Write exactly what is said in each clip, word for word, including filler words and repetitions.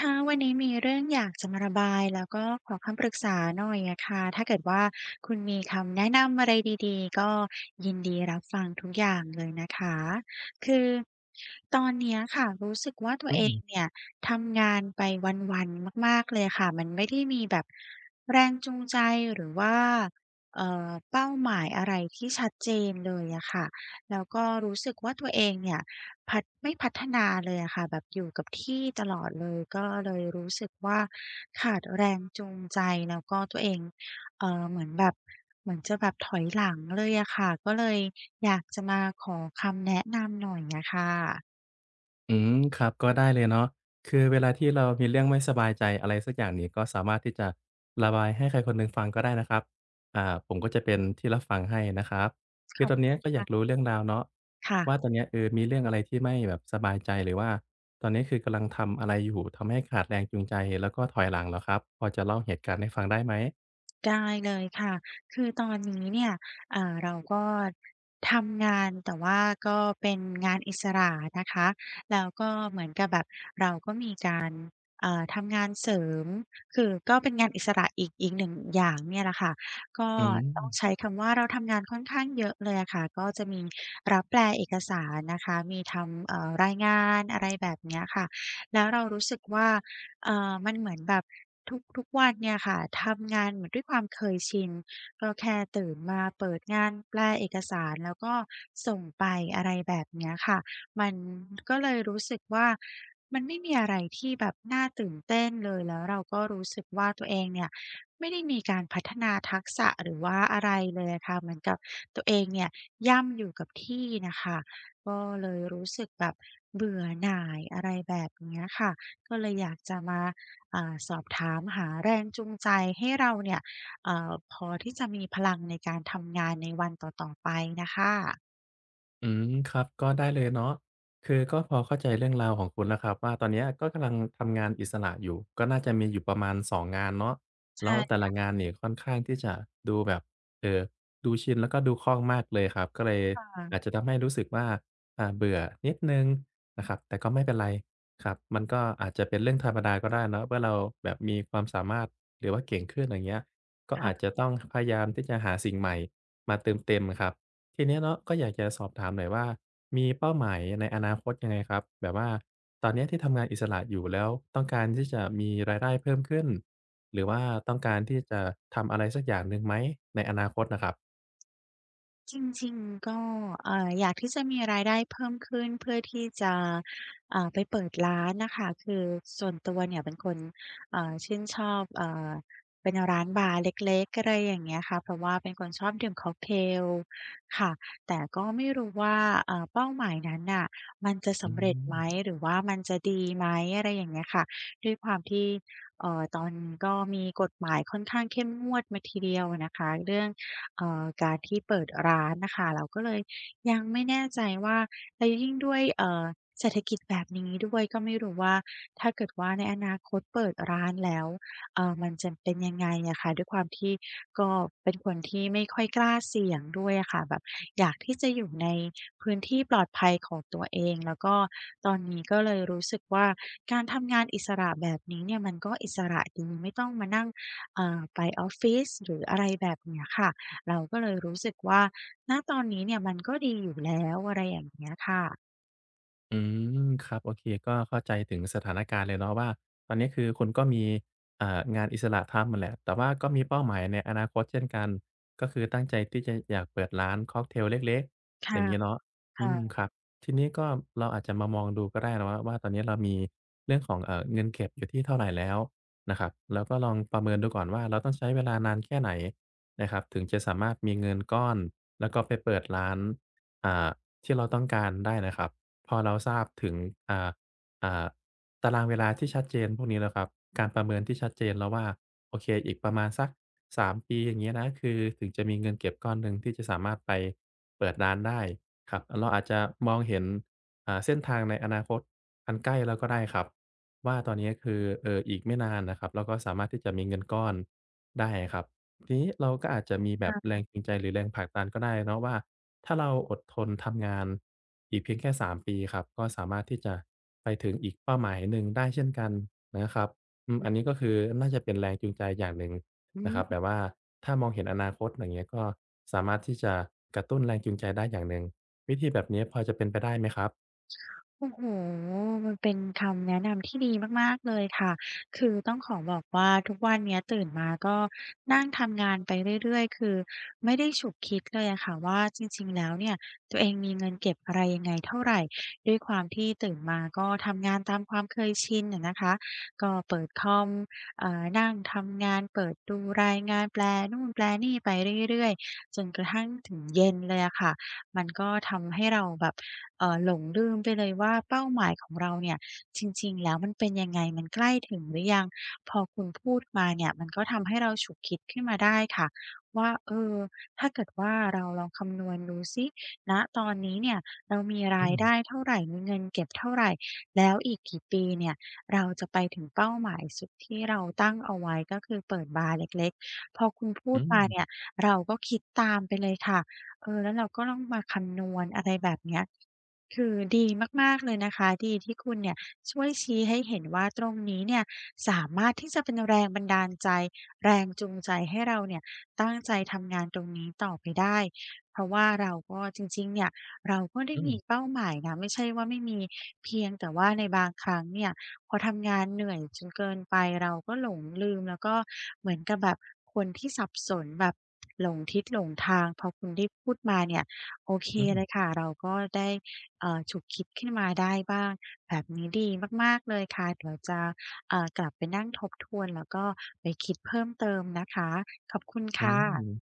ค่ะวันนี้มีเรื่องอยากจะมาระบายแล้วก็ขอคำปรึกษาหน่อยอะค่ะถ้าเกิดว่าคุณมีคำแนะนำอะไรดีๆก็ยินดีรับฟังทุกอย่างเลยนะคะคือตอนเนี้ยค่ะรู้สึกว่าตัวอืเองมเนี่ยทำงานไปวันๆมากๆเลยค่ะมันไม่ได้มีแบบแรงจูงใจหรือว่าเอ่อเป้าหมายอะไรที่ชัดเจนเลยอะค่ะ แล้วก็รู้สึกว่าตัวเองเนี่ยพัฒไม่พัฒนาเลยอะค่ะแบบอยู่กับที่ตลอดเลยก็เลยรู้สึกว่าขาดแรงจูงใจแล้วก็ตัวเองเอ่อเหมือนแบบเหมือนจะแบบถอยหลังเลยอะค่ะก็เลยอยากจะมาขอคำแนะนำหน่อยอะค่ะอืมครับ ก็ได้เลยเนาะคือเวลาที่เรามีเรื่องไม่สบายใจอะไรสักอย่างนี่ก็สามารถที่จะระบายให้ใครคนหนึ่งฟังก็ได้นะครับอ่าผมก็จะเป็นที่รับฟังให้นะครับขคืออตอนบเนี้ยก็อยากรู้เรื่องราวเนาะค่ะว่าตอนเนี้ยเออมีเรื่องอะไรที่ไม่แบบสบายใจหรือว่าตอนนี้คือกำลังทำอะไรอยู่ทำให้ขาดแรงจูงใจแล้วก็ถอยหลังเหรอครับพอจะเล่าเหตุการณ์ให้ฟังได้ไหมได้เลยค่ะคือตอนนี้เนี่ยอ่าเราก็ทำงานแต่ว่าก็เป็นงานอิสระนะคะแล้วก็เหมือนกับแบบ อ่าทำงานเสริมคือก็เป็นงานอิสระอีกอีกหนึ่งอย่างเนี่ยแหละค่ะก็อืต้องใช้ม คำว่าเราทำงานค่อนข้างเยอะเลยอะค่ะก็จะมีรับแปลเอกสารนะคะมีทำเอ่อรายงานอะไรแบบเนี้ยค่ะแล้วเรารู้สึกว่าเอ่อมันเหมือนแบบทุกทุกวันเนี่ยค่ะทำงานเหมือนด้วยความเคยชินก็แค่ตื่นมาเปิดงานแปลเอกสารแล้วก็ส่งไปอะไรแบบเนี้ยค่ะ มันก็เลยรู้สึกว่ามันไม่มีอะไรที่แบบน่าตื่นเต้นเลยแล้วเราก็รู้สึกว่าตัวเองเนี่ยไม่ได้มีการพัฒนาทักษะหรือว่าอะไรเลยอะค่ะเหมือนกับตัวเองเนี่ยย่ำอยู่กับที่น่ะค่ะก็เลยรู้สึกแบบเบื่อหน่ายอะไรแบบเนี้ยค่ะก็เลยอยากจะมาอ่าสอบถามเนี่ยเองน่ะค่ะอืมครับก็ได้เลยเนาะคือก็พอเข้าใจเรื่องราวของคุณแล้วครับว่าตอนเนี้ยก็กำลังทำงานอิสระอยู่ก็น่าจะมีอยู่ประมาณสองงงานเนาะแล้วแต่ใช่ละงานนี่ค่อนข้างที่จะดูแบบเอ่อดูชินแล้วก็ดูคล่องมากเลยครับก็เลยค่ะอาจจะทำให้รู้สึกว่าอ่าเบื่อนิดหนึ่งนะครับแต่ก็ไม่เป็นไรครับมันก็อาจจะเป็นเรื่องธรรมดาก็ได้เนาะเมื่อเราแบบมีความสามารถหรือว่าเก่งขึ้นอย่างเงี้ยก็อาจค่ะ จะต้องพยายามที่จะหาสิ่งใหม่มาเติมเต็มครับ ทีเนี้ยเนาะก็อยากจะสอบถามหน่อยว่ามีเป้าหมายในอนาคตยังไงครับแบบว่าตอนเนี้ยที่ทำงานอิสระอยู่แล้วต้องการที่จะมีรายได้เพิ่มขึ้นหรือว่าต้องการที่จะทำอะไรสักอย่างหนึ่งไหมในอนาคตน่ะครับจริงๆก็เอ่ออยากที่จะมีรายได้เพิ่มขึ้นเพื่อที่จะอ่าไปเปิดร้านน่ะค่ะคือส่วนตัวเนี่ยเป็นคนเอ่อชื่นชอบเอ่อเป็นร้านบาร์เล็กๆอะไรอย่างเงี้ยค่ะเพราะว่าเป็นคนชอบดื่มค็อกเทลค่ะแต่ก็ไม่รู้ว่าเอ่อเป้าหมายนั้นน่ะมันจะอืสำเร็จไหมม หรือว่ามันจะดีไหมอะไรอย่างเงี้ยค่ะด้วยความที่เอ่อตอนนี้ก็มีกฎหมายค่อนข้างเข้มงวดมาทีเดียวอะนะคะเรื่อง เอ่อการที่เปิดร้านน่ะค่ะเราก็เลยยังไม่แน่ใจว่าแล้วยิ่งด้วยเอ่อเศรษฐกิจแบบนี้ด้วยก็ไม่รู้ว่าถ้าเกิดว่าในอนาคตเปิดร้านแล้วเอ่อมันจะเป็นยังไงอะค่ะด้วยความที่ก็เป็นคนที่ไม่ค่อยกล้าเสี่ยงด้วยอะค่ะแบบอยากที่จะอยู่ในพื้นที่ปลอดภัยของตัวเองแล้วก็ตอนนี้ก็เลยรู้สึกว่าการทำงานอิสระแบบนี้เนี่ยมันก็อิสระดีไม่ต้องมานั่งเอ่อไปออฟฟิศหรืออะไรแบบเนี้ยค่ะ เราก็เลยรู้สึกว่าณตอนนี้เนี่ยมันก็ดีอยู่แล้วอะไรอย่างเงี้ยค่ะอืมครับโอเคก็เข้าใจถึงสถานการณ์เลยเนาะว่าตอนนี้คือคุณก็มีอ่างานอิสระทำนั่นแหละแต่ว่าก็มีเป้าหมายในอนาคตเช่นกันก็คือตั้งใจที่จะอยากเปิดร้านค็อกเทลเล็กๆอค่ะย่างงี้เนาะอืมค่ะครับทีนี้ก็เราอาจจะมามองดูก็ได้นะว่าว่าตอนนี้เรามีเรื่องของเอ่อเงินเก็บอยู่ที่เท่าไรแล้วนะครับแล้วก็ลองประเมินดูก่อนว่าเราต้องใช้เวลานานแค่ไหนนะครับถึงจะสามารถมีเงินก้อนแล้วก็ไปเปิดร้านอ่าที่เราต้องการได้นะครับ พอเราทราบถึงอ่าอ่าตารางเวลาที่ชัดเจนพวกนี้แล้วครับการประเมินที่ชัดเจนแล้วว่าโอเคอีกประมาณสักสามปีอย่างเงี้ยนะคือถึงจะมีเงินเก็บก้อนหนึ่งที่จะสามารถไปเปิดร้านได้ครับเราอาจจะมองเห็นอ่าเส้นทางในอนาคตอันใกล้แล้วก็ได้ครับว่าตอนเนี้ยคือเอ่ออีกไม่นานน่ะครับเราก็สามารถที่จะมีเงินก้อนได้ครับ ทีนี้เราก็อาจจะมีแบบแรงจูงใจหรือแรงผลักดันก็ได้เนาะว่าถ้าเราอดทนทำงานอีกเพียงแค่สามปีครับก็สามารถที่จะไปถึงอีกเป้าหมายหนึ่งได้เช่นกันนะครับอืมอันนี้ก็คือน่าจะเป็นแรงจูงใจอย่างหนึ่งอืนะครับแบม บว่าถ้ามองเห็นอนาคตอย่างเงี้ยก็สามารถที่จะกระตุ้นแรงจูงใจได้อย่างหนึ่งวิธีแบบนี้พอจะเป็นไปได้ไหมครับโอ้โหมันเป็นคำแนะนำที่ดีมากๆเลยค่ะคือต้องขอบอกว่าทุกวันเนี้ยตื่นมาก็นั่งทำงานไปเรื่อยๆคือไม่ได้ฉุกคิดเลยอะค่ะว่าจริงๆแล้วเนี่ยตัวเองมีเงินเก็บอะไรยังไงเท่าไรด้วยความที่ตื่นมาก็ทำงานตามความเคยชินอะนะคะก็เปิดคอมเอ่อนั่งทำงานเปิดดูรายงานแปลนู่นแปลนี่ไปเรื่อยๆจนกระทั่งถึงเย็นเลยอะค่ะมันก็ทำให้เราแบบ เอ่อหลงลืมไปเลยว่าเป้าหมายของเราเนี่ยจริงๆแล้วมันเป็นยังไงมันใกล้ถึงหรือยังพอคุณพูดมาเนี่ยมันก็ทำให้เราฉุกคิดขึ้นมาได้ค่ะว่าเออถ้าเกิดว่าเราลองคำนวณดูซิณตอนนี้เนี่ยเรามีอืรายมได้เท่าไรมีเงินเก็บเท่าไรแล้วอีกกี่ปีเนี่ยเราจะไปถึงเป้าหมายสุดที่เราตั้งเอาไว้ก็คือเปิดบาร์เล็กๆพอคุณพูอืดมาเนี่มยเราก็คิดตามไปเลยค่ะเออแล้วเราก็ต้องมาคำนวณอะไรแบบเนี้ย คือดีมากๆเลยนะคะดีที่คุณเนี่ยช่วยชี้ให้เห็นว่าตรงนี้เนี่ยสามารถที่จะเป็นแรงบันดาลใจำงานตรงนี้ต่อไปได้ เพราะว่าเราก็จริงๆเนี่ย เราก็ได้อืมมีเป้าหมายนะไม่ใช่ว่าไม่มีเพียงแต่ว่าในบางครั้งเนี่ยพอทำงานเหนื่อยจนเกินไปเราก็หลงลืมแล้วก็เหมือนกับแบบคนที่สับสนแบบหลงทิศหลงทางพอคุณได้พูดมาเนี่ยโอเคอืมเลยค่ะ เราก็ได้เอ่อฉุกคิดขึ้นมาได้บ้างแบบนี้ดีมากๆเลยค่ะเดี๋ยวจะเอ่อกลับไปนั่งทบทวนแล้วก็ไปคิดเพิ่มเติมนะคะขอบคุณคอืม ่ะ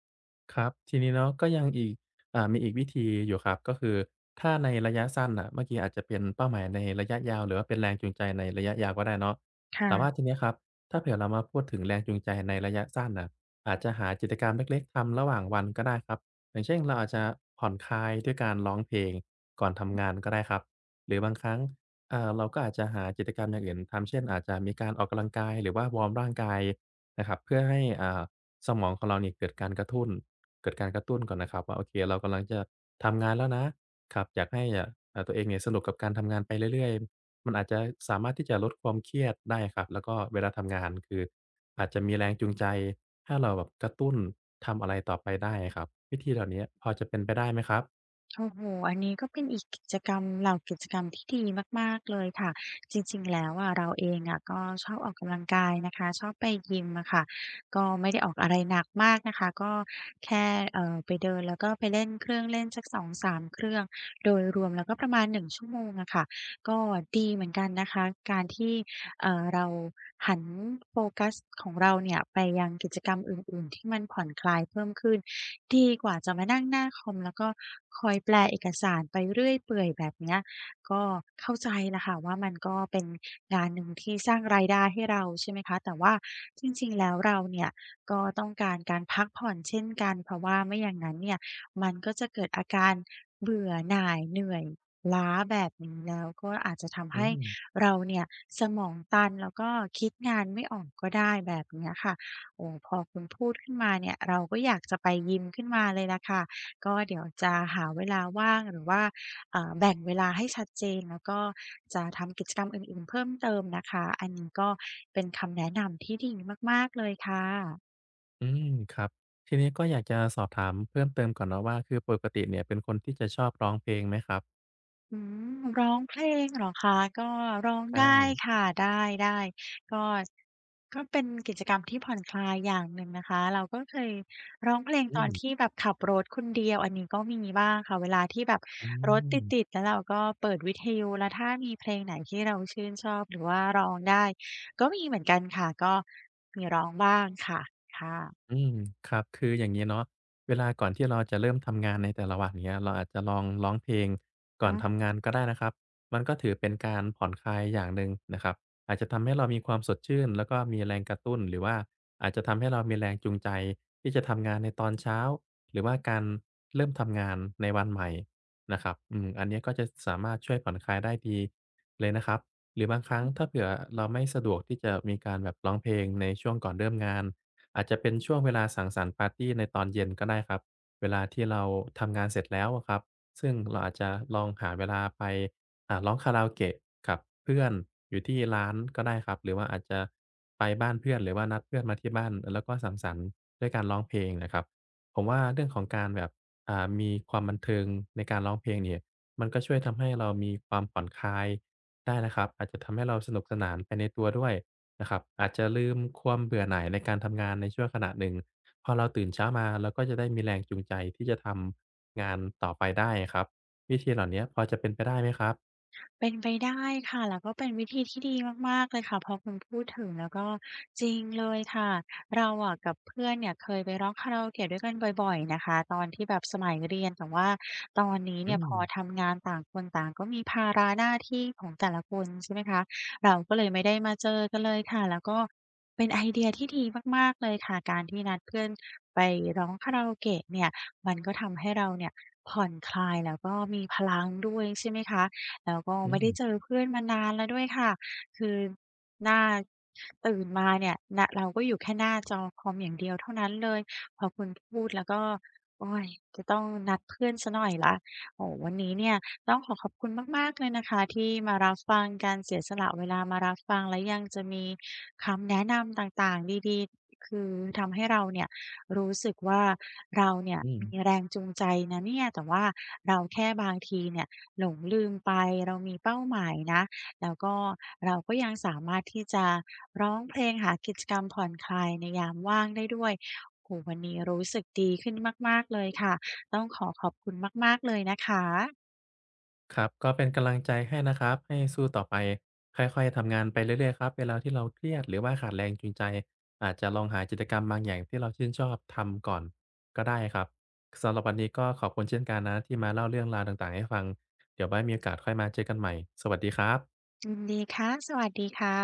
ครับทีนี้เนาะก็ยังอีกอ่ามีอีกวิธีอยู่ครับก็คือถ้าในระยะสั้นน่ะเมื่อกี้อาจจะเป็นเป้าหมายในระยะยาวหรือว่าเป็นแรงจูงใจในระยะยาวก็ได้เนาะแต่ว่าทีค่ะเนี้ยครับถ้าเผื่อเรามาพูดถึงแรงจูงใจในระยะสั้นน่ะอาจจะหากิจกรรมเล็กๆทำระหว่างวันก็ได้ครับอย่างเช่นเราอาจจะผ่อนคลายด้วยการร้องเพลงก่อนทำงานก็ได้ครับหรือบางครั้งอ่าเราก็อาจจะหากิจกรรมอย่างอื่นทำเช่นอาจจะมีการออกกำลังกายหรือว่าวอร์มร่างกายนะครับเพื่อให้อ่าสมองของเราเนี่ยเกิดการกระตุ้น เกิดการกระตุ้นก่อนนะครับว่าโอเคเรากำลังจะทำงานแล้วนะครับอยากให้เอ่าอตัวเองเนี่ยสนุกกับการทำงานไปเรื่อยๆมันอาจจะสามารถที่จะลดความเครียดได้ครับแล้วก็เวลาทำงานคืออาจจะมีแรงจูงใจให้เราแบบกระตุ้นทำอะไรต่อไปได้อะครับวิธีเหล่าเนี้ยพอจะเป็นไปได้ไหมครับโอ้โฮอันนี้ก็เป็นอีกกิจกรรมเหล่ากิจกรรมที่ดีมากๆเลยค่ะจริงๆแล้วอะเราเองอะก็ชอบออกกำลังกายนะคะชอบไปยิมอะค่ะก็ไม่ได้ออกอะไรหนักมากนะคะก็แค่เอ่อไปเดินแล้วก็ไปเล่นเครื่องเล่นสักสองสามเครื่องโดยรวมแล้วก็ประมาณหนึ่งชั่วโมงอะค่ะก็ดีเหมือนกันนะคะการที่ เอ่อเราหันโฟกัสของเราเนี่ยไปยังกิจกรรมอื่นๆที่มันผ่อนคลายเพิ่มขึ้นดีกว่าจะมานั่งหน้าคอมแล้วก็คอยแปลเอกสารไปเรื่อยเปื่อยแบบเนี้ยก็เข้าใจล่ะค่ะว่ามันก็เป็นงานหนึ่งที่สร้างรายได้ให้เราใช่ไหมคะแต่ว่าจริงๆแล้วเราเนี่ยก็ต้องการการพักผ่อนเช่นกันเพราะว่าไม่อย่างนั้นเนี่ยมันก็จะเกิดอาการเบื่อหน่ายเหนื่อยล้าแบบนี้แล้วก็อาจจะทำอืให้ มเราเนี่ยสมองตันแล้วก็คิดงานไม่ออกก็ได้แบบเนี้ยค่ะโอ้พอคุณพูดขึ้นมาเนี่ยเราก็อยากจะไปยิมขึ้นมาเลยล่ะค่ะก็เดี๋ยวจะหาเวลาว่างหรือว่าเอ่อแบ่งเวลาให้ชัดเจนแล้วก็จะทำกิจกรรมอื่นๆเพิ่มเติมนะคะอันนี้ก็เป็นคำแนะนำที่ดีมากๆเลยค่ะ อืมครับทีนี้ก็อยากจะสอบถามเพิ่มเติมก่อนเนาะว่าคือปกติเนี่ยเป็นคนที่จะชอบร้องเพลงไหมครับอืมร้องเพลงเหรอคะก็ร้องใชได้่ค่ะได้ๆก็ก็เป็นกิจกรรมที่ผ่อนคลายอย่างหนึ่งนะคะเราก็เคยร้องเพลงอืตอนมที่แบบขับรถคนเดียวอันนี้ก็มีบ้างค่ะเวลาที่แบบอืรถติดม ๆแล้วเราก็เปิดวิทยุแล้วถ้ามีเพลงไหนที่เราชื่นชอบหรือว่าร้องได้ก็มีเหมือนกันค่ะก็มีร้องบ้างค่ะค่ะอืมครับคืออย่างนี้เนาะเวลาก่อนที่เราจะเริ่มทำงานในแต่ละวันเงี้ยเราอาจจะลองร้องเพลงก่อนอา ทำงานก็ได้นะครับมันก็ถือเป็นการผ่อนคลายอย่างหนึ่งนะครับอาจจะทำให้เรามีความสดชื่นแล้วก็มีแรงกระตุ้นหรือว่าอาจจะทำให้เรามีแรงจูงใจที่จะทำงานในตอนเช้าหรือว่าการเริ่มทำงานในวันใหม่นะครับอืมอันเนี้ยก็จะสามารถช่วยผ่อนคลายได้ดีเลยนะครับหรือบางครั้งถ้าเผื่อเราไม่สะดวกที่จะมีการแบบร้องเพลงในช่วงก่อนเริ่มงาน อาจจะเป็นช่วงเวลาสังสรรค์ปาร์ตีในตอนเย็นก็ได้ครับเวลาที่เราทำงานเสร็จแล้วอะครับซึ่งเราอาจจะลองหาเวลาไปอ่าร้องคาราโอเกะกับเพื่อนอยู่ที่ร้านก็ได้ครับหรือว่าอาจจะไปบ้านเพื่อนหรือว่านัดเพื่อนมาที่บ้านแล้วก็สังสรรค์ด้วยการร้องเพลงนะครับผมว่าเรื่องของการแบบอ่ามีความบันเทิงในการร้องเพลงเนี่ยมันก็ช่วยทำให้เรามีความผ่อนคลายได้นะครับอาจจะทำให้เราสนุกสนานไปในตัวด้วย นะครับอาจจะลืมความเบื่อหน่ายในการทำงานในชั่วขณะหนึ่งพอเราตื่นเช้ามาเราก็จะได้มีแรงจูงใจที่จะทำงานต่อไปได้ครับวิธีเหล่าเนี้ยพอจะเป็นไปได้ไหมครับเป็นไปได้ค่ะแล้วก็เป็นวิธีที่ดีมากๆเลยค่ะพอคุณพูดถึงแล้วก็จริงเลยค่ะเราอะกับเพื่อนเนี่ยเคยไปร้องคาราโอเกะด้วยกันบ่อยๆนะคะตอนที่แบบสมัยเรียนแต่ว่าตอนนี้อืเนี่ยพมอทำงานต่างคนต่างก็มีภาระหน้าที่ของแต่ละคนใช่ไหมคะเราก็เลยไม่ได้มาเจอกันเลยค่ะแล้วก็เป็นไอเดียที่ดีมากๆเลยค่ะการที่นัดเพื่อนไปร้องคาราโอเกะเนี่ยมันก็ทำให้เราเนี่ยผ่อนคลายแล้วก็มีพลังด้วยใช่ไหมคะ แล้วก็อืไม่ได้เจมอเพื่อนมานานแล้วด้วยค่ะ คือหน้าตื่นมาเนี่ยนะเราก็อยู่แค่หน้าจอคอมอย่างเดียวเท่านั้นเลยพอคุณพูดแล้วก็โอ๊ยจะต้องนัดเพื่อนเสียหน่อยแล้วโอ้โฮวันนี้เนี่ยต้องขอขอบคุณมากๆเลยนะคะที่มารับฟังการเสียสละเวลามารับฟังและยังจะมีคำแนะนำต่างๆดีๆคือทำให้เราเนี่ยรู้สึกว่าเราเนี่ยอืมมีแรงจูงใจนะเนี่ยแต่ว่าเราแค่บางทีเนี่ย หลงลืมไปเรามีเป้าหมายนะแล้วก็เราก็ยังสามารถที่จะร้องเพลงหากิจกรรมผ่อนคลายในยามว่างได้ด้วยโอ้โฮวันนี้รู้สึกดีขึ้นมากๆเลยค่ะต้องขอขอบคุณมากๆเลยนะคะครับก็เป็นกำลังใจให้นะครับให้สู้ต่อไปค่อยๆทำงานไปเรื่อยๆครับเวลาที่เราเครียดหรือว่าขาดแรงจูงใจอาจจะลองหากิจกรรมบางอย่างที่เราชื่นชอบทำก่อนก็ได้ครับสำหรับวันนี้ก็ขอบคุณเช่นกันนะที่มาเล่าเรื่องราวต่างๆให้ฟังเดี๋ยวไว้มีโอกาสค่อยมาเจอกันใหม่สวัสดีครับยินดีค่ะสวัสดีค่ะ